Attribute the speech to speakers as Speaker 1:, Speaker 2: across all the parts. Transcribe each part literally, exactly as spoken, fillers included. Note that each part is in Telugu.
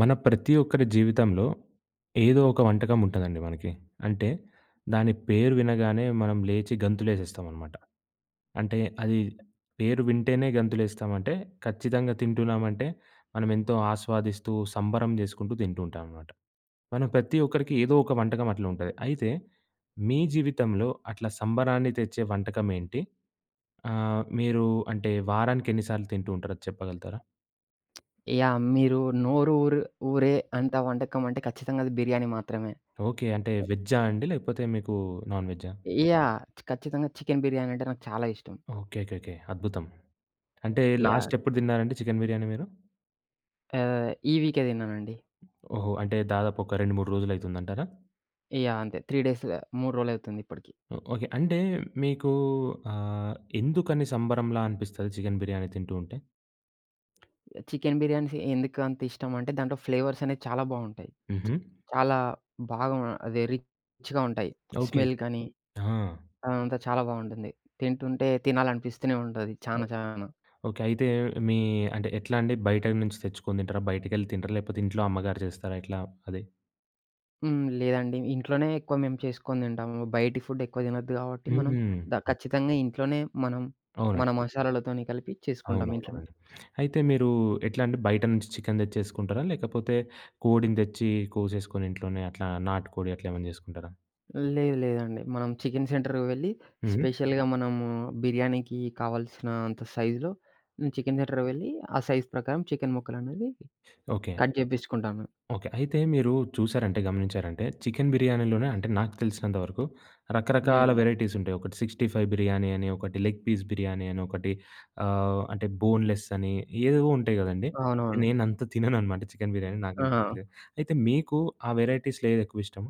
Speaker 1: మన ప్రతి ఒక్కరి జీవితంలో ఏదో ఒక వంటకం ఉంటుందండి మనకి. అంటే దాని పేరు వినగానే మనం లేచి గంతులేసేస్తామనమాట. అంటే అది పేరు వింటేనే గంతులేస్తామంటే ఖచ్చితంగా తింటున్నామంటే మనం ఎంతో ఆస్వాదిస్తూ, సంబరం చేసుకుంటూ తింటూ ఉంటామనమాట. మనం ప్రతి ఒక్కరికి ఏదో ఒక వంటకం అట్లా ఉంటది. అయితే మీ జీవితంలో అట్లా సంబరాన్ని తెచ్చే వంటకం ఏంటి? ఆహ్, మీరు అంటే వారానికి ఎన్ని సార్లు తింటూ ఉంటారో అది చెప్పగలుగుతారా?
Speaker 2: యాహ్! మీరు నోరు ఊరు ఊరే అంత వంటకం అంటే ఖచ్చితంగా అది బిర్యానీ మాత్రమే.
Speaker 1: ఓకే. అంటే వెజ్జా అండి? లేకపోతే మీకు నాన్ వెజ్జా?
Speaker 2: యాహ్! ఖచ్చితంగా చికెన్ బిర్యానీ అంటే నాకు చాలా ఇష్టం.
Speaker 1: ఓకే. ఓకే. ఓకే. అద్భుతం. అంటే
Speaker 2: యాహ్!
Speaker 1: లాస్ట్ ఎప్పుడు తిన్నారండి చికెన్ బిర్యానీ మీరు?
Speaker 2: ఆహ్, ఈ వీకే తిన్నానండి.
Speaker 1: ఓహో! అంటే దాదాపు ఒక రెండు, మూడు రోజులైతుందంటారా?
Speaker 2: యాహ్! అంతే మూడు డేస్, మూడు రోజులవుతుంది ఇప్పటికి.
Speaker 1: Oh okay. అంటే మీకు ఆహ్, ఎందుకని సంబరంలా అనిపిస్తది చికెన్ బిర్యానీ తింటూ ఉంటే?
Speaker 2: చికెన్ బిర్యానీస్ ఎందుకు అంత ఇష్టం అంటే దాంట్లో ఫ్లేవర్స్ అనేవి చాలా బావుంటాయి.
Speaker 1: హుహు.
Speaker 2: చాలా బాగా, అదే రిచ్‌గా ఉంటాయి.
Speaker 1: ఓకే. ఓకే.
Speaker 2: స్మెల్ కానీ
Speaker 1: ఆ!
Speaker 2: అదంతా చాలా బావుంటుంది. తింటుంటే తినాలనిపిస్తూనే ఉంటది
Speaker 1: ఓ
Speaker 2: చానా చానా.
Speaker 1: ఓకే. అయితే మీ అంటే ఎట్లా అండి? బయట నుంచి తెచ్చుకొని తింటారా? బయటికెళ్ళి తింటారా? లేకపోతే ఇంట్లో అమ్మగారు చేస్తారా? ఎట్లా అది?
Speaker 2: హ్మ్. లేదండి, ఇంట్లోనే ఎక్కువ మేము చేసుకొని తింటాము. బయటి ఫుడ్ ఎక్కువ తినొద్దు కాబట్టి మనం ద
Speaker 1: హ్మ్.
Speaker 2: ఖచ్చితంగా ఇంట్లోనే, మనం మన
Speaker 1: అవునండి.
Speaker 2: మసాలాలతోని కలిపి చేసుకుంటాం ఇంట్లోనే.
Speaker 1: అవునవునండి. అయితే మీరు ఎట్లా అండి బయట నుంచి చికెన్ తెచ్చేసుకుంటారా? లేకపోతే కోడిని తెచ్చి కోసేసుకొని ఇంట్లోనే అట్లా నాటుకోడి అట్లా ఏమైనా చేసుకుంటారా?
Speaker 2: లేదు లేదండి. మనం చికెన్ సెంటర్‌కి వెళ్ళి,
Speaker 1: హ్మ్.
Speaker 2: స్పెషల్‌గా మనము బిర్యానీకి కావాల్సిన అంత సైజులో చికెన్ సెంటర్‌కి వెళ్ళి ఆ సైజ్ ప్రకారం చికెన్ ముక్కలనేవి
Speaker 1: ఓకే.
Speaker 2: కట్ చేపించుకుంటాము.
Speaker 1: ఓకే. అయితే మీరు చూసారంటే గమనించారంటే చికెన్ బిర్యానీలోనే అంటే నాకు తెలిసినంత వరకు రకరకాల
Speaker 2: హ్మ్.
Speaker 1: వెరైటీస్ ఉంటాయి. ఒకటి అరవై ఐదు బిర్యానీ అని, ఒకటి లెగ్ పీస్ బిర్యానీ అని, ఒకటి ఆహ్, అంటే బోన్‌లెస్ అని ఏవేవో ఉంటాయి గదండీ!
Speaker 2: అవునవును.
Speaker 1: నేనంత తినననమాట చికెన్ బిర్యానీ
Speaker 2: ఆ!
Speaker 1: నాకంత తెలియదు. అయితే మీకు ఆ వేరైటీస్‌లో ఏది ఎక్కువ ఇష్టం?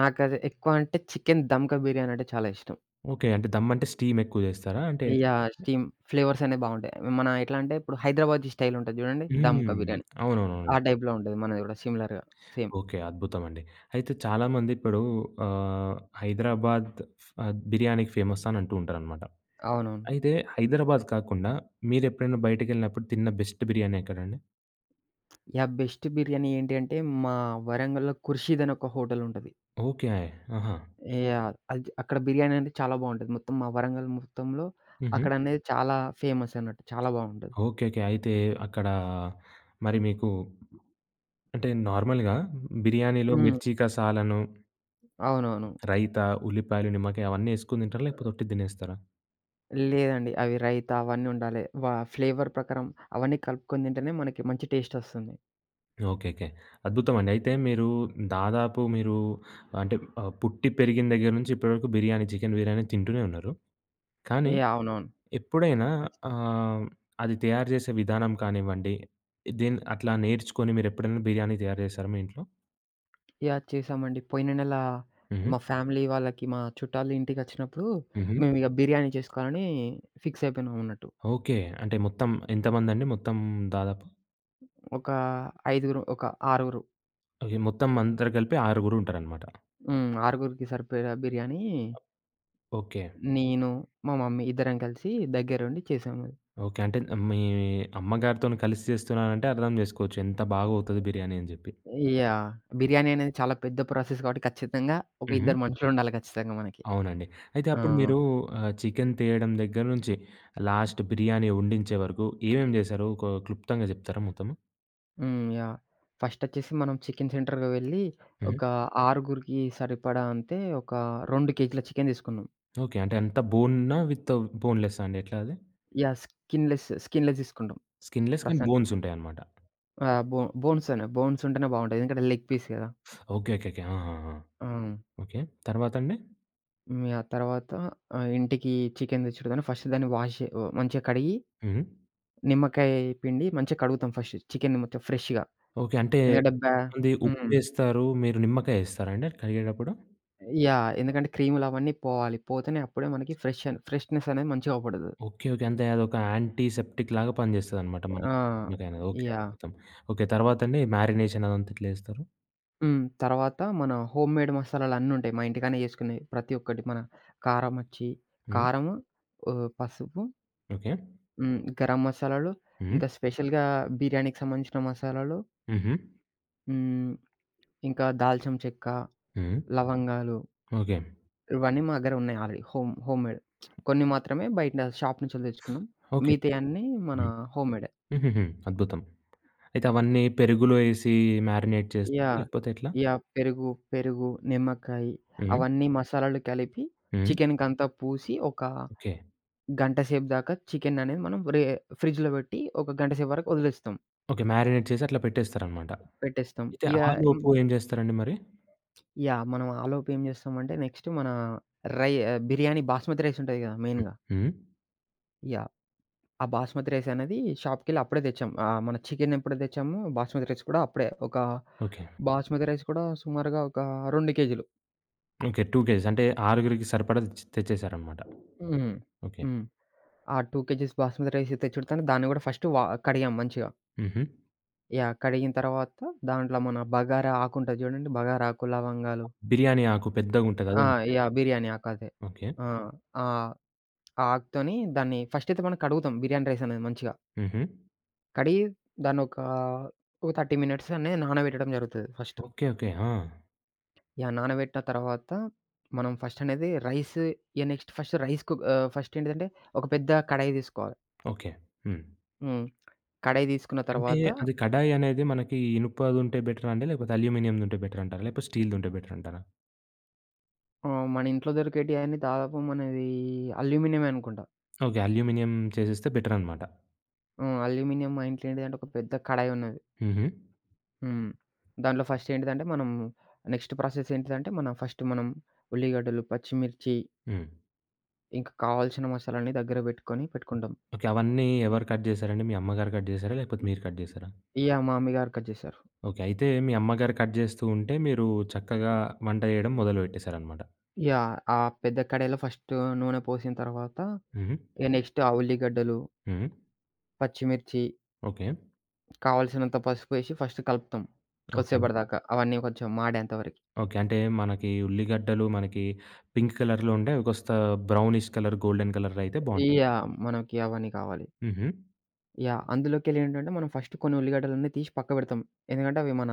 Speaker 2: నాకది ఎక్కువ అంటే చికెన్ ధమ్‌కా బిర్యానీ అంటే చాలా ఇష్టం.
Speaker 1: ఓకే. అంటే దమ్ అంటే స్టీమ్ ఎక్కువ జేస్తారా? అంటే
Speaker 2: యాహ్! స్టీమ్ ఫ్లేవర్స్ అనేవి బావుంటాయి. మన ఎట్లా అంటే ఇప్పుడు హైదరాబాదీ స్టైల్ ఉంటది జూడండి, దమ్‌కా
Speaker 1: హ్మ్.
Speaker 2: బిర్యానీ.
Speaker 1: అవునవునవును.
Speaker 2: ఆ టైప్‌లో ఉంటది, మనది గూడా సిమిలర్‌గా సేమ్.
Speaker 1: ఓకే. అద్భుతమండి. అయితే చాలామంది ఇప్పుడు ఆహ్, హైదరాబాద్ ఆహ్, బిర్యానీకి ఫేమస్ అని అంటూ ఉంటారనమాట.
Speaker 2: అవునవును.
Speaker 1: అయితే హైదరాబాద్ కాకుండా మీరెప్పుడైనా బయటికెళ్ళినప్పుడు తిన్న బెస్ట్ బిర్యానీ ఎక్కడండి?
Speaker 2: యాహ్! బెస్ట్ బిర్యానీ ఏంటి అంటే మా వరంగల్‌లో ఖుర్షీద్ అని ఒక హోటల్ ఉంటది.
Speaker 1: ఓకే. ఆహా!
Speaker 2: యాహ్! అది, అక్కడ బిర్యానీ అనేది చాలా బావుంటది. మొత్తం మా వరంగల్ మొత్తంలో
Speaker 1: హుహు.
Speaker 2: అక్కడనేది చాలా ఫేమస్ అన్నట్టు, చాలా బావుంటది.
Speaker 1: ఓకే. ఓకే. అయితే అక్కడ మరి మీకు అంటే నార్మల్‌గా బిర్యానీలో
Speaker 2: హ్మ్.
Speaker 1: మిర్చి కసాలను,
Speaker 2: అవునవును.
Speaker 1: రైతా, ఉల్లిపాయలు, నిమ్మకాయ అవన్నీ యేసుకొని తింటారా? లేకపోతే ఒట్టి తినేస్తారా?
Speaker 2: లేదండి, అవి రైతా అవన్నీ ఉండాలి. వ ఫ్లేవర్ ప్రకారం అవన్నీ కలుపుకొని తింటేనే మనకి మంచి టేస్ట్ ఒస్తుంది.
Speaker 1: ఓకే. ఓకే. అద్భుతమండి. అయితే మీరు దాదాపు మీరు అంటే ఆహ్, పుట్టి పెరిగిన దగ్గర నుంచి ఇప్పటివరకు బిర్యానీ, చికెన్ బిర్యానీ తింటూనే ఉన్నారు. కానీ
Speaker 2: ఏ అవునవును.
Speaker 1: ఎప్పుడైనా
Speaker 2: అది.
Speaker 1: ఆహ్, అది తయారు చేసే విధానం కానివ్వండి, దీన్ని అట్లా నేర్చుకొని మీరెప్పుడైనా బిర్యానీ తయారు చేశారా మీ ఇంట్లో?
Speaker 2: యాహ్! చేశామండి. పోయిన నెల
Speaker 1: హుహు.
Speaker 2: మా ఫ్యామిలీ వాళ్ళకి, మా చుట్టాల ఇంటికచ్చినప్పుడు,
Speaker 1: హుహు.
Speaker 2: మేమిక బిర్యానీ చేసుకోవాలని ఫిక్స్ అయిపోయినాం అన్నట్టు.
Speaker 1: ఓకే. అంటే మొత్తం ఎంతమందండి మొత్తం దాదాపు?
Speaker 2: ఒక ఐదుగురు, ఒక ఆరుగురు.
Speaker 1: ఓకే. మొత్తం అందరూ కలిపి ఆరుగురుంటారనమాట.
Speaker 2: హ్మ్. ఆరుగురికి సరిపోయే బిర్యానీ,
Speaker 1: ఓకే.
Speaker 2: నేను, మా మమ్మీ ఇద్దరం కలిసి దగ్గరుండి చేసాము.
Speaker 1: ఓకే. అంటే మీ అమ్మగారితోని కలిసి చేస్తున్నారంటే అర్థం చేసుకోవచ్చు ఎంత బాగా అవుతది బిర్యానీ అని చెప్పి.
Speaker 2: యాహ్! బిర్యానీ అనేది చాలా పెద్ద ప్రాసెస్ కాబట్టి ఖచ్చితంగా ఒక
Speaker 1: హుహు.
Speaker 2: ఇద్దరు మనుషులుండాలి ఖచ్చితంగా మనకి.
Speaker 1: అవునండి. అయితే అవును.
Speaker 2: ఆ!
Speaker 1: అప్పుడు మీరు ఆహ్, చికెన్ తేయడం దగ్గర నుంచి లాస్ట్ బిర్యానీ వండించే వరకు ఏమేమి చేశారు? ఒక క్లుప్తంగా చెప్తారా మొత్తము?
Speaker 2: హ్మ్. యాహ్! ఫస్టొచ్చేసి మనం చికెన్ సెంటర్‌కి వెళ్ళి,
Speaker 1: హుహు.
Speaker 2: ఒక ఆరుగురికి సరిపడా అంటే ఒక రెండు కేజీల చికెన్ తీసుకున్నాం.
Speaker 1: ఓకే. అంటే అంతా బోనా విత్ బోన్‌లెస్సా అండి? ఎట్లా అది?
Speaker 2: యాహ్! స్కిన్‌లెస్, స్కిన్‌లెస్ తీసుకుంటాం
Speaker 1: స్కిన్‌లెస్ కానీ
Speaker 2: ప్రస్తుతానికి.
Speaker 1: బోన్స్ ఉంటాయన్నమాట.
Speaker 2: ఆహ్, బో బోన్స్ అనే బోన్స్ ఉంటేనే బావుంటది. ఎందుకంటే లెగ్ పీస్ గదా!
Speaker 1: ఓకే. ఓకే. ఓకే. ఆ! ఆ! ఆ!
Speaker 2: హ్మ్.
Speaker 1: ఓకే. తర్వాత అండి?
Speaker 2: యాహ్! తర్వాత ఆహ్, ఇంటికి చికెన్ తెచ్చుడుగాని ఫస్ట్ దాన్ని వాష్ చే ఆహ్, మంచిగా కడిగి,
Speaker 1: హుహు.
Speaker 2: నిమ్మకాయ పిండి మంచిగా కడుగుతాం ఫస్ట్ చికెన్‌ని మొత్తం ఫ్రెష్‌గా.
Speaker 1: ఓకే. అంటే
Speaker 2: ఎందుకంటే బ్యా
Speaker 1: కొంతమంది
Speaker 2: హ్మ్.
Speaker 1: ఉప్పేస్తారు. మీరు నిమ్మకాయ ఏస్తారా అండి కడిగేటప్పుడు?
Speaker 2: యాహ్! ఎందుకంటే క్రీములు అవన్నీ పోవాలి. పోతేనే అప్పుడే మనకి ఫ్రెష్ ఫ్రెష్‌నెస్ అనేది మంచిగా అవుపడతది.
Speaker 1: ఓకే. ఓకే. అంటే అదొక యాంటీసెప్టిక్ లాగా పనిచేస్తదన్నమాట
Speaker 2: ఆ!
Speaker 1: మనకి నిమ్మకాయ అనేది. ఓకే.
Speaker 2: యాహ్!
Speaker 1: అద్భుతం. ఓకే. తర్వాత అండి మ్యారినేషన్ అదంతా ఎట్లా చేస్తారు?
Speaker 2: హ్మ్. తర్వాత మన హోమ్‌మేడ్ మసాలాలన్నుంటాయి, మా ఇంటికాడనే చేసుకునేయి. ప్రతి ఒక్కటి మన కారమొచ్చి
Speaker 1: హ్మ్.
Speaker 2: కారము, ఆహ్, పసుపు,
Speaker 1: ఓకే.
Speaker 2: హ్మ్, గరం మసాలాలు,
Speaker 1: హ్మ్.
Speaker 2: ఇంకా స్పెషల్‌గా బిర్యానీకి సంబంధించిన మసాలాలు,
Speaker 1: హుహు.
Speaker 2: హ్మ్, ఇంకా దాల్చిన చెక్క,
Speaker 1: హ్మ్.
Speaker 2: లవంగాలు
Speaker 1: ఓకే.
Speaker 2: ఇవన్నీ మా దగ్గర ఉన్నాయి ఆల్రెడీ హోమ్ హోమ్‌మేడ్. కొన్ని మాత్రమే బయట షాప్ నుంచెళ్ళి తెచ్చుకున్నాం.
Speaker 1: ఓకే.
Speaker 2: మిగతాయన్నీ మన
Speaker 1: హ్మ్.
Speaker 2: హోమ్‌మేడే.
Speaker 1: హుహుహు. అద్భుతం. అయితే అవన్నీ పెరుగులో ఏసి మారినేట్ చేస్తారా?
Speaker 2: యాహ్!
Speaker 1: లేకపోతే ఎట్లా?
Speaker 2: యాహ్! పెరుగు, పెరుగు, నిమ్మకాయి
Speaker 1: హ్మ్.
Speaker 2: అవన్నీ మసాలాలు కలిపి
Speaker 1: హ్మ్.
Speaker 2: చికెన్‌కంతా పూసి ఒక
Speaker 1: ఓకే.
Speaker 2: గంట సేపు దాకా చికెన్ అనేది మనం రే ఫ్రిడ్జ్‌లో పెట్టి ఒక గంట సేపు వరకు వదిలేస్తాం.
Speaker 1: ఓకే. మారినేట్ చేసి అట్లా పెట్టేస్తారనమాట.
Speaker 2: పెట్టేస్తాం.
Speaker 1: అయితే
Speaker 2: ఇగ
Speaker 1: ఆ
Speaker 2: హ్మ్.
Speaker 1: లోపు ఏం చేస్తారండి మరి?
Speaker 2: యాహ్! మనం ఆలోపు ఏం చేస్తామంటే, నెక్స్ట్ మన రై ఆహ్, బిర్యానీ బాస్మతి రైస్ ఉంటది కదా,
Speaker 1: హ్మ్.
Speaker 2: మెయిన్‌గా.
Speaker 1: హ్మ్.
Speaker 2: యాహ్! ఆ బాస్మతి రైస్ అనేది షాప్‌కెళ్ళి అప్పుడే తెచ్చాం. ఆహ్, మన చికెన్ ఎప్పుడైతే తెచ్చామో బాస్మతి రైస్ కూడా అప్పుడే, ఒక
Speaker 1: ఓకే.
Speaker 2: బాస్మతి రైస్ కూడా సుమారుగా ఒక రెండు కేజీలు.
Speaker 1: ఓకే. రెండు కేజీస్ అంటే ఆరుగురికి సరిపడా తెచ్ తెచ్చేసారనమాట.
Speaker 2: హ్మ్.
Speaker 1: ఓకే.
Speaker 2: హ్మ్. ఆ రెండు కేజీస్ బాస్మతి రైస్ తెచ్చుడుతోనే దాన్ని కూడా ఫస్ట్ వా కడిగాం మంచిగా.
Speaker 1: హుహు.
Speaker 2: యాహ్! కడిగిన తర్వాత దాంట్లో మన బగారా ఆకు ఉంటది చూడండి. బగారా ఆకు, లవంగాలు.
Speaker 1: బిర్యానీ ఆకు పెద్దగుంటది
Speaker 2: ఆ!
Speaker 1: అదేనా?
Speaker 2: యాహ్! బిర్యానీ ఆకు అదే.
Speaker 1: ఓకే.
Speaker 2: ఆ! ఆ! ఆ ఆకుతోని దాన్ని ఫస్ట్ అయితే మనం కడుగుతాం, బిర్యానీ రైస్ అనేది మంచిగా.
Speaker 1: హుహు.
Speaker 2: కడిగి దాన్నొక, ఒక ముప్పై మినిట్స్ అనేది నానబెట్టడం జరుగుతది ఫస్ట్.
Speaker 1: ఓకే. ఓకే. ఆ!
Speaker 2: యాహ్! నానబెట్టిన తర్వాత మనం ఫస్ట్ అనేది రైస్, ఇగ నెక్స్ట్ ఫస్ట్ రైస్ కుక్ ఆహ్, ఫస్ట్ ఏంటిదంటే ఒక పెద్ద కడాయి తీసుకోవాలి.
Speaker 1: ఓకే. హ్మ్.
Speaker 2: హ్మ్. కడాయి తీసుకున్న
Speaker 1: అంటే
Speaker 2: తర్వాత,
Speaker 1: అది కడాయి అనేది మనకి ఇనుపదుంటే బెటరా అండి? లేకపోతే అల్యూమినియందుంటే బెటరంటారా? లేకపోతే స్టీల్‌దుంటే బెటరంటారా?
Speaker 2: ఆహ్, మన ఇంట్లో దొరికేటియన్నీ దాదాపు మనది అల్యూమినియమే అనుకుంటా.
Speaker 1: ఓకే. అల్యూమినియం చేసేస్తే బెటరనమాట.
Speaker 2: హ్మ్. అల్యూమినియం మా ఇంట్లో ఏంటిదంటే ఒక పెద్ద కడాయి ఉన్నది.
Speaker 1: హుహు.
Speaker 2: హ్మ్. దాంట్లో ఫస్ట్ ఏంటిదంటే, మనం నెక్స్ట్ ప్రాసెస్ ఏంటిదంటే, మనం ఫస్ట్ మనం ఉల్లిగడ్డలు, పచ్చిమిర్చి,
Speaker 1: హ్మ్.
Speaker 2: ఇంకా కావాల్సిన మసాలాని దగ్గర పెట్టుకొని పెట్టుకుంటాం.
Speaker 1: ఓకే. అవన్నీ ఎవరు కట్ జేశారండి? మీ అమ్మగారు కట్ జేశారా? లేకపోతే మీరు కట్ జేశారా?
Speaker 2: ఇగ మా మమ్మీగారు కట్ చేశారు.
Speaker 1: ఓకే. అయితే మీ అమ్మగారు కట్ జేస్తూ ఉంటే మీరు చక్కగా వంట జేయడం మొదలుపెట్టేశారనమాట.
Speaker 2: ఇగ ఆ పెద్ద కడాయిలో ఫస్ట్ నూనె పోసిన తర్వాత,
Speaker 1: హుహు.
Speaker 2: ఇగ నెక్స్ట్ ఆ ఉల్లిగడ్డలు,
Speaker 1: హ్మ్.
Speaker 2: పచ్చిమిర్చి,
Speaker 1: ఓకే.
Speaker 2: కావాల్సినంత పసుపేసి ఫస్ట్ కలుపుతాం,
Speaker 1: ఓకే అండి.
Speaker 2: కొద్దిసేపటి దాకా, అవన్నీ కొంచెం మాడేంత వరకి.
Speaker 1: ఓకే. అంటే మనకి ఉల్లిగడ్డలు మనకి పింక్ కలర్‌లో ఉండే, ఒకొస్తా బ్రౌనిష్ కలర్, గోల్డెన్ కలర్‌లో అయితే బావుంటది.
Speaker 2: ఇగ మనకి అవన్నీ కావాలి.
Speaker 1: హుహు.
Speaker 2: యాహ్! అందులోకెళ్ళి ఏంటంటే, మనం ఫస్ట్ కొన్ని ఉల్లిగడ్డలన్నీ తీసి పక్కబెడతాం. ఎందుకంటే అవి మన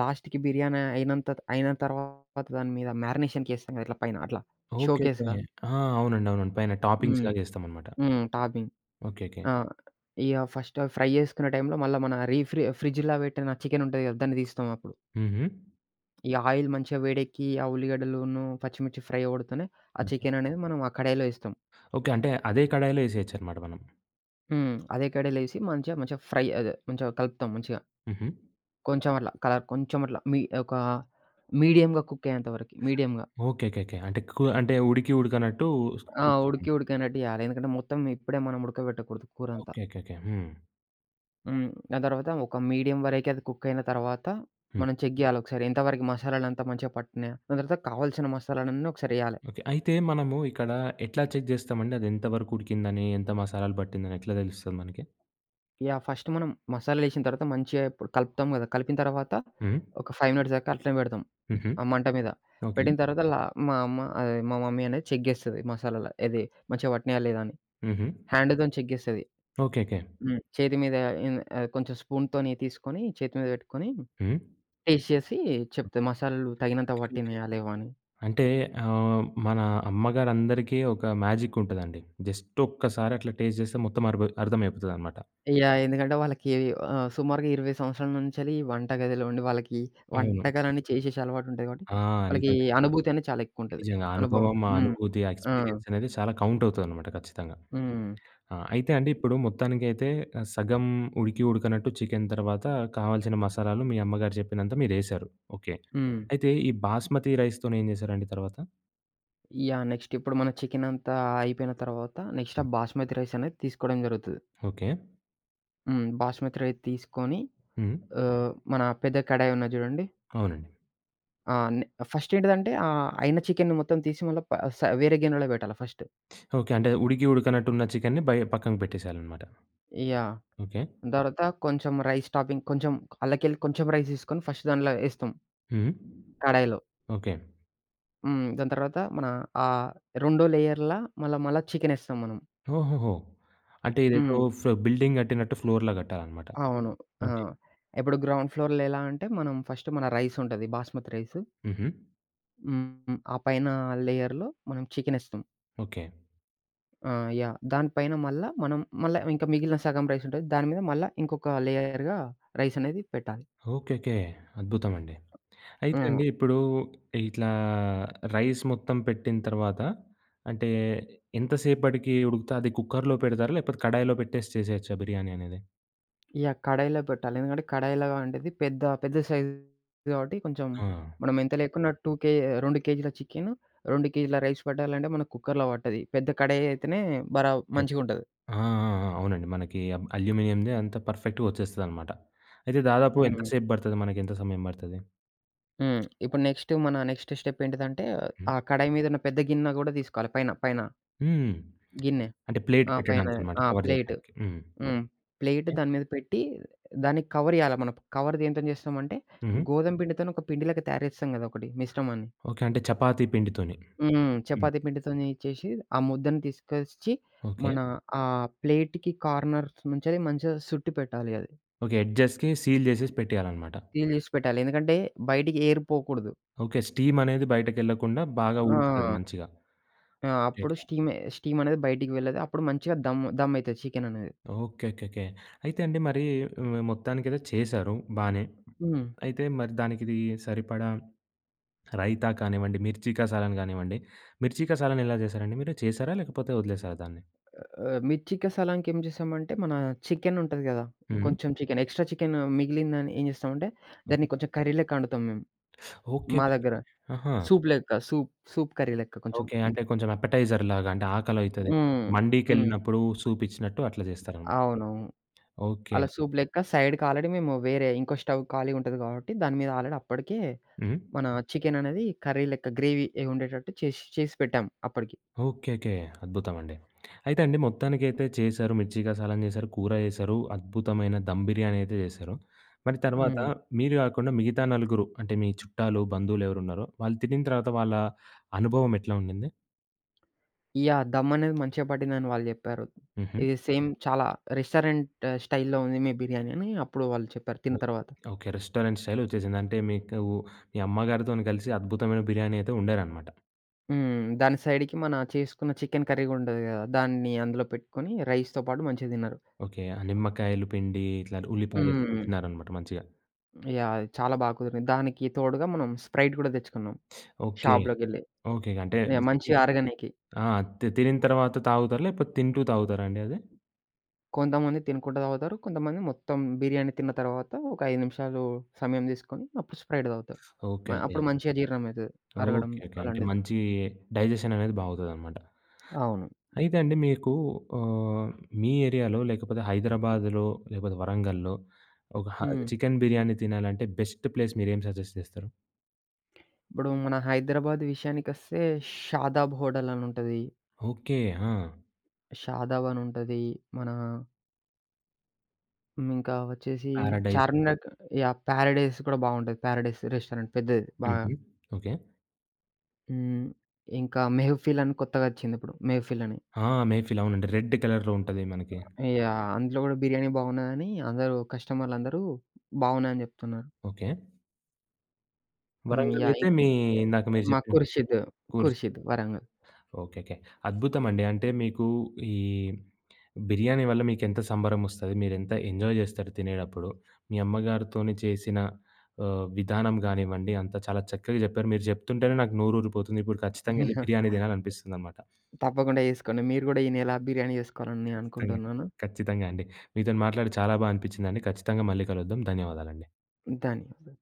Speaker 2: లాస్ట్‌కి బిర్యానీ అయినంత అయిన తర్వాత దాని మీద మ్యారినేషన్‌కి ఏస్తాం కదా, ఇట్లా పైన అట్లా
Speaker 1: ఓకే.
Speaker 2: షోకేస్‌గా.
Speaker 1: ఓకే. ఆ! అవునండి. అవునండి. పైన
Speaker 2: హ్మ్.
Speaker 1: టాపింగ్స్‌లాగా ఏస్తామనమాట.
Speaker 2: హ్మ్. టాపింగ్.
Speaker 1: ఓకే. ఓకే.
Speaker 2: ఆ! ఇగ ఫస్ట్ అవి ఫ్రై చేసుకునే టైంలో మళ్ళా మన రీఫ్రి ఫ్రిడ్జ్‌లో పెట్టిన చికెన్ ఉంటది కదా, దాన్ని తీస్తాం అప్పుడు.
Speaker 1: హుహు.
Speaker 2: ఈ ఆయిల్ మంచిగా వేడెక్కి, ఆ ఉల్లిగడ్డలును, పచ్చిమిర్చి ఫ్రై అవ్వడంతోనే ఆ
Speaker 1: ఓకే.
Speaker 2: చికెన్ అనేది మనం ఆ కడాయిలో ఏస్తాం.
Speaker 1: ఓకే. అంటే అదే కడాయిలో ఏసేయొచ్చనమాట మనం.
Speaker 2: హ్మ్. అదే కడాయిలో ఏసి మంచిగా మంచిగా ఫ్రై అదే మంచిగా కలుపుతాం మంచిగా.
Speaker 1: హుహు.
Speaker 2: కొంచెం అట్లా కలర్, కొంచెం అట్లా మీ ఒక మీడియంగా కుక్ అయ్యేంత వరకి, మీడియంగా.
Speaker 1: ఓకే. ఓకే. ఓకే. అంటే కు అంటే ఉడికి ఉడకనట్టు
Speaker 2: ఆ!
Speaker 1: కుక్
Speaker 2: ఉడికి
Speaker 1: చేయాలి.
Speaker 2: ఉడికనట్టు చేయాలి. ఎందుకంటే మొత్తం ఇప్పుడే మనం ఉడకబెట్టకూడదు కూరంతా.
Speaker 1: ఓకే. ఓకే. ఓకే. హ్మ్.
Speaker 2: హ్మ్. దాని తర్వాత ఒక మీడియం వరకే అది కుక్ అయిన తర్వాత
Speaker 1: హ్మ్.
Speaker 2: మనం చెక్ చేయాలి ఒకసారి, ఎంతవరకు మసాలాలంతా మంచిగా పట్టినాయా. దాని తర్వాత కావాల్సిన మసాలాలన్నీ ఒకసారి ఎయాలి.
Speaker 1: ఓకే. అయితే మనము ఇక్కడ ఎట్లా చెక్ జేస్తామండి? అది ఎంత వరకు ఉడికిందని, ఎంత మసాలాలు పట్టిందని ఎట్లా తెలుస్తది మనకి?
Speaker 2: ఇగ ఫస్ట్ మనం మసాలాలేసిన తర్వాత మంచిగా ఇప్పుడు కలుపుతాం కదా. కలిపిన తర్వాత
Speaker 1: హ్మ్.
Speaker 2: ఒక ఐదు మినిట్స్ దాకా అట్లనే పెడతాం,
Speaker 1: హుహు.
Speaker 2: ఆ మంట మీద.
Speaker 1: ఓకే.
Speaker 2: పెట్టిన తర్వాత లా మా అమ్మ అదే మా మమ్మీ అనేది చెక్ చేస్తది మసాలాలు, ఏది మంచిగా పట్టినాయా లేదా అని.
Speaker 1: హుహు.
Speaker 2: హ్యాండ్‌తోని చెక్ చేస్తది.
Speaker 1: ఓకే. ఓకే.
Speaker 2: హ్మ్. చేతి మీద ఇన్ ఆహ్, కొంచెం స్పూన్‌తోని తీసుకొని చేతి మీద పెట్టుకొని
Speaker 1: హ్మ్.
Speaker 2: టేస్ట్ చేసి చెప్తా,
Speaker 1: ఓకే.
Speaker 2: మసాలాలు తగినంత
Speaker 1: ఓకే.
Speaker 2: పట్టినయా లేవా అని.
Speaker 1: అంటే ఆహ్, మన అమ్మగారందరికీ ఒక మ్యాజిక్ ఉంటదండి. జస్ట్ ఒక్కసారి అట్లా టేస్ట్ జేస్తే మొత్తం అర్బ అర్థమైపోతదనమాట.
Speaker 2: యాహ్! ఎందుకంటే వాళ్ళకి ఆహ్, సుమారుగా ఇరవై సంవత్సరాల నుంచెల్లి వంట గదిలో ఉండి వాళ్ళకి
Speaker 1: అవును.
Speaker 2: వంటకాలన్నీ చేసేసే అలవాటు ఉంటది కాబట్టి,
Speaker 1: ఆ!
Speaker 2: వాళ్ళకి
Speaker 1: నిజంగా.
Speaker 2: అనుభూతి అనేది చాలా ఎక్కువుంటది.
Speaker 1: నిజంగా. ఆ
Speaker 2: అనుభవం.
Speaker 1: అనుభవం, ఆ
Speaker 2: హ్మ్.
Speaker 1: అనుభూతి, ఆ
Speaker 2: ఆ!
Speaker 1: ఎక్స్‌పీరియన్స్ అనేది చాలా కౌంట్ అవుతదనమాట ఖచ్చితంగా.
Speaker 2: హ్మ్.
Speaker 1: ఆ! అయితే అండి ఇప్పుడు మొత్తానికైతే ఆహ్, సగం ఉడికి ఉడకనట్టు చికెను తర్వాత కావాల్సిన మసాలాలు మీ అమ్మగారు చెప్పినంత మీరేశారు. ఓకే.
Speaker 2: హ్మ్.
Speaker 1: అయితే ఈ బాస్మతి రైస్‌తోని ఏం జేశారండి తర్వాత?
Speaker 2: యాహ్! నెక్స్ట్ ఇప్పుడు మన చికెన్ అంతా అయిపోయిన తర్వాత నెక్స్ట్
Speaker 1: హ్మ్.
Speaker 2: ఆ బాస్మతి రైస్ అనేది తీసుకోవడం జరుగుతది.
Speaker 1: ఓకే.
Speaker 2: హ్మ్. బాస్మతి రైస్ తీసుకొని,
Speaker 1: హ్మ్.
Speaker 2: ఆహ్, మన పెద్ద కడాయి ఉన్నది చూడండి?
Speaker 1: అవునండి.
Speaker 2: ఆ! నే ఫస్ట్ ఏంటిదంటే, ఆహ్, అయిన చికెన్ మొత్తం తీసి మళ్ళా ప స వేరే గిన్నెలో పెట్టాలి ఫస్ట్.
Speaker 1: ఓకే. అంటే ఉడికి ఉడకనట్టున్న చికెనుని బయ పక్కన పెట్టేసేయాలనమాట.
Speaker 2: యాహ్!
Speaker 1: ఓకే.
Speaker 2: తర్వాత కొంచెం రైస్ టాపింగ్ కొంచెం అల్లకెళ్ళి, కొంచెం రైస్ తీసుకొని ఫస్ట్ దాంట్లో ఏస్తాం
Speaker 1: హ్మ్.
Speaker 2: కడాయిలో.
Speaker 1: ఓకే.
Speaker 2: హ్మ్. దాని తర్వాత మన, ఆహ్, రెండో లేయర్‌లా మళ్ళా మళ్ళా చికెనేస్తాం మనం.
Speaker 1: ఓహోహో! అంటే ఇదేదో
Speaker 2: హ్మ్.
Speaker 1: ఫ్ బిల్డింగ్ కట్టినట్టు ఫ్లోర్‌లా కట్టాలనమాట.
Speaker 2: అవును. ఆ!
Speaker 1: ఓకే.
Speaker 2: ఇప్పుడు గ్రౌండ్ ఫ్లోర్‌లో ఎలా అంటే మనం ఫస్ట్ మన రైస్ ఉంటది, బాస్మతి రైస్.
Speaker 1: హుహు.
Speaker 2: హ్మ్. ఆ పైన లేయర్‌లో మనం చికెనేస్తాం.
Speaker 1: ఓకే.
Speaker 2: ఆ! యాహ్! దాని పైన మళ్ళా మనం, మళ్ళా ఇంకా మిగిలిన సగం రైస్ ఉంటది, దాని మీద మళ్ళా ఇంకొక లేయర్‌గా రైస్ అనేది పెట్టాలి.
Speaker 1: ఓకేకే. అద్భుతమండి. అయితే
Speaker 2: హ్మ్.
Speaker 1: అండి ఇప్పుడు ఇట్లా రైస్ మొత్తం పెట్టిన తర్వాత అంటే ఎంత సేపటికి ఉడుకుతా అది కుక్కర్‌లో పెడతారా? లేకపోతే కడాయిలో పెట్టేసి చేసేయచ్చా బిర్యానీ అనేది?
Speaker 2: యాహ్! కడాయిలో పెట్టాలి. ఎందుకంటే కడాయిలో వండేది పెద్ద, పెద్ద సైజు కాబట్టి కొంచెం,
Speaker 1: ఆ!
Speaker 2: మనం ఎంత లేకున్నా రెండు కే రెండు కేజీల చికెను, రెండు కేజీల రైస్ పట్టాలంటే మనకు కుక్కర్‌లో పట్టది. పెద్ద కడాయి అయితేనే బరా
Speaker 1: ఓకే.
Speaker 2: మంచిగుంటది.
Speaker 1: ఆ! ఆ! ఆ! అవునండి. మనకి అబ్ అల్యూమినియంది అంత పర్ఫెక్ట్‌గా వచ్చేస్తదనమాట. అయితే దాదాపు ఎంత
Speaker 2: హ్మ్.
Speaker 1: సేపు పడతది? మనకెంత సమయం పడతది?
Speaker 2: హ్మ్. ఇప్పుడు నెక్స్ట్ మన నెక్స్ట్ స్టెప్ ఏంటిదంటే,
Speaker 1: హ్మ్.
Speaker 2: ఆ కడాయి మీద ఉన్న పెద్ద గిన్నె గూడా తీసుకోవాలి, పైన, పైన
Speaker 1: హ్మ్.
Speaker 2: గిన్నె.
Speaker 1: అంటే ప్లేట్
Speaker 2: ఆ! పైన
Speaker 1: పెట్టడానికనమాట.
Speaker 2: ఆ!
Speaker 1: Cover
Speaker 2: plate.
Speaker 1: జేయడానికి. హ్మ్.
Speaker 2: హ్మ్. Plate
Speaker 1: okay.
Speaker 2: దాని మీద పెట్టి దాన్ని కవర్ చేయాల మనం. కవర్ దేనితో చేస్తామంటే,
Speaker 1: హుహు.
Speaker 2: గోధుమ పిండితోని ఒక పిండిలెక్క తయారు చేస్తాం గదా, ఒకటి మిశ్రమాన్ని.
Speaker 1: ఓకే. అంటే చపాతీ పిండితోని.
Speaker 2: హ్మ్.
Speaker 1: హ్మ్.
Speaker 2: చపాతీ పిండితోని చేసి ఆ ముద్దని తీసుకొచ్చి
Speaker 1: ఓకే.
Speaker 2: మన ఆ ప్లేట్‌కి కార్నర్స్ నుంచెలి మంచిగా సుట్టి పెట్టాలి అది.
Speaker 1: ఓకే. ఎడ్జెస్‌కి సీల్ జేసేసి పెట్టేయాలనమాట.
Speaker 2: సీల్ చేసి పెట్టాలి. ఎందుకంటే బయటికి ఎయిర్ పోకూడదు.
Speaker 1: ఓకే. స్టీమ్ అనేది బయటకెళ్ళకుండా బాగా ఉడుకుతది
Speaker 2: ఆ!
Speaker 1: మంచిగా.
Speaker 2: ఆ!
Speaker 1: ఓకే.
Speaker 2: అప్పుడు స్టీమ్ స్టీమ్ అనేది బయటికి వెళ్ళదు. అప్పుడు మంచిగా దమ్ దమ్ అయితది చికెన్ అనేది.
Speaker 1: ఓకే. ఓకేకే. అయితే అండి మరి హ్మ్, మొత్తానికైతే చేశారు బానే.
Speaker 2: హ్మ్.
Speaker 1: అయితే మరి దానికిది సరిపడా రైతా కానివ్వండి, మిర్చి కసాలాని గానివ్వండి, మిర్చి కసాలాని ఎలా జేశారండి మీరు? చేశారా? లేకపోతే వదిలేసారా దాన్ని?
Speaker 2: ఆహ్, మిర్చికి సలాంకి ఏం చేసామంటే, మన చికెన్ ఉంటది కదా,
Speaker 1: హ్మ్.
Speaker 2: కొంచెం చికెన్ ఎక్స్‌ట్రా చికెన్ మిగిలిందని ఏం చేస్తామంటే
Speaker 1: ఓకే.
Speaker 2: దాన్ని కొంచెం కర్రీ లెక్క వండుతాం మేము.
Speaker 1: ఓకే.
Speaker 2: మా దగ్గర
Speaker 1: ఆహా!
Speaker 2: సూప్ లెక్క, సూప్, సూప్ కర్రీ లెక్క కొంచెం.
Speaker 1: ఓకే. అంటే కొంచెం అపెటైజర్‌లాగా అంటే ఆకలైతది.
Speaker 2: హ్మ్. హ్మ్.
Speaker 1: మండీకెళ్ళినప్పుడు సూప్ ఇచ్చినట్టు అట్లా జేస్తారనమాట.
Speaker 2: అవునవును.
Speaker 1: ఓకే.
Speaker 2: అలా సూప్ లెక్క సైడ్‌కి, ఆల్రెడీ మేము వేరే ఇంకో స్టవ్ ఖాళీ ఉంటది కాబట్టి దాని మీద ఆల్రెడీ అప్పటికే
Speaker 1: హ్మ్.
Speaker 2: మన చికెన్ అనేది కర్రీ లెక్క గ్రేవీ ఉండేటట్టు చేసి చేసి పెట్టాం అప్పటికి.
Speaker 1: ఓకే. ఓకే. అద్భుతమండి. అయితే అండి మొత్తానికైతే చేశారు. మిర్చి కసాలం జేశారు. కూర జేశారు. అద్భుతమైన దమ్ బిర్యానీ అయితే జేశారు. మరి తర్వాత
Speaker 2: హ్మ్.
Speaker 1: మీరు గాకుండా మిగతా నలుగురు అంటే మీ చుట్టాలు, బంధువులెవరున్నారో వాళ్ళు తినిన తర్వాత వాళ్ళ అనుభవం ఎట్లా ఉండింది?
Speaker 2: యాహ్! దమ్ అనేది మంచిగా పట్టిందని వాళ్ళు జెప్పారు.
Speaker 1: హుహు.
Speaker 2: ఇది సేమ్ చాలా రెస్టారెంట్ స్టైల్‌లో ఉంది మీ బిర్యానీ అని అప్పుడు వాళ్ళు చెప్పారు
Speaker 1: ఓ
Speaker 2: తిన్న తర్వాత.
Speaker 1: ఓకే. రెస్టారెంట్ స్టైల్ ఒచ్చేసింది. అంటే మీకు మీ అమ్మగారితోని కలిసి అద్భుతమైన బిర్యానీ అయితే వండారనమాట.
Speaker 2: హ్మ్. దాని సైడ్‌కి మన చేసుకున్న చికెన్ కర్రీ గూడా ఉంటది గదా, దాన్ని అందులో పెట్టుకొని రైస్‌తో పాటు మంచిగా తిన్నారు.
Speaker 1: ఓకే. ఆ నిమ్మకాయలు పిండి ఇట్లా హ్మ్. ఉల్లిపాయలేసుకొని
Speaker 2: హ్మ్.
Speaker 1: తిన్నారనమాట మంచిగా.
Speaker 2: యాహ్! అది చాలా బా కుదిరింది. దానికి తోడుగా మనం స్ప్రైట్ గూడా తెచ్చుకున్నాం
Speaker 1: ఓకే.
Speaker 2: షాప్‌లోకెళ్ళి.
Speaker 1: ఓకే. అంటే హ్మ్.
Speaker 2: యాహ్!
Speaker 1: తిని
Speaker 2: మంచిగా అరగనీకి.
Speaker 1: ఆ! తి తినిన తర్వాత తాగుతారా? లేకపోతే తింటూ తాగుతారా అండి అది?
Speaker 2: కొంతమంది తినుకుంటా తాగుతారు. కొంతమంది మొత్తం బిర్యానీ తిన్న తర్వాత ఒక ఐదు నిమిషాలు సమయం తీసుకొని అప్పుడు స్ప్రైట్ తాగుతారు. మ
Speaker 1: ఓకే. ఓకే.
Speaker 2: అప్పుడు మంచిగా జీర్ణమైతది, అరగడం
Speaker 1: ఓకే. ఓకే. అంటే
Speaker 2: అలాంటిది.
Speaker 1: మంచి డైజెషన్ అనేది బావుతదనమాట.
Speaker 2: అవును.
Speaker 1: అయితే అండి మీకు ఆహ్, మీ ఏరియాలో లేకపోతే హైదరాబాద్‌లో లేకపోతే వరంగల్‌లో ఒక హ
Speaker 2: హ్మ్.
Speaker 1: చికెన్ బిర్యానీ తినాలంటే బెస్ట్ ప్లేస్ మీరేం సజెస్ట్ చేస్తారు?
Speaker 2: ఇప్పుడు మన హైదరాబాద్ విషయానికొస్తే 'షాదాబ్ హోటల్' అని ఉంటది.
Speaker 1: ఓకే. ఆ!
Speaker 2: 'షాదాబ్' అని ఉంటది. మన హ్మ్, ఇంకా వచ్చేసి
Speaker 1: పారడైజ్.
Speaker 2: చార్మినార్. యాహ్! 'పారడైస్' కూడా బావుంటది. 'పారడైస్' రెస్టారెంట్ పెద్దది బాగా.
Speaker 1: హుహు. ఓకే.
Speaker 2: హ్మ్. ఇంకా 'మెహఫిల్' అని కొత్తగా వచ్చిందిప్పుడు, 'మెహఫిల్' అని.
Speaker 1: ఆ! మేఫిల్ అవునండి. రెడ్ కలర్‌లో ఉంటది మనకి.
Speaker 2: యాహ్! అందులో కూడా బిర్యానీ బాగున్నదని అందరూ కస్టమర్‌లందరూ బావున్నదని చెప్తున్నారు.
Speaker 1: ఓకే.
Speaker 2: హ్మ్.
Speaker 1: వరంగల్
Speaker 2: యాహ్!
Speaker 1: అయితే
Speaker 2: ఇం
Speaker 1: మీ ఇందాక మీరు
Speaker 2: మా
Speaker 1: చెప్పిన
Speaker 2: Khurshid,
Speaker 1: cool chicken.
Speaker 2: Khurshid Warangal.
Speaker 1: Okay. Okay. అద్భుతమండి. అంటే మీకు ఈ బిర్యానీ వల్ల మీకెంత సంబరమొస్తది, మీరెంత ఎంజాయ్ జేస్తారు తినేటప్పుడు, మీ అమ్మగారితోని చేసిన ఆహ్, విధానం గానివ్వండి, అంతా చాలా చక్కగా జెప్పారు. మీరు జెప్తుంటేనే నాకు నోరూరిపోతుంది. ఇప్పుడు ఖచ్చితంగా ఎళ్లి బిర్యానీ తినాలనిపిస్తుందనమాట.
Speaker 2: తప్పకుండా చేసుకోండి. మీరు కూడా ఈ నెల బిర్యానీ చేసుకోవాలని
Speaker 1: ఖచ్చితంగా.
Speaker 2: అనుకుంటున్నాను.
Speaker 1: ఖచ్చితంగా అండి. మీతోని మాట్లాడి చాలా బా అనిపిచ్చిందండి. ఖచ్చితంగా మళ్ళీ కలుద్దాం. ధన్యవాదాలండి.
Speaker 2: ధన్యవాదాలు.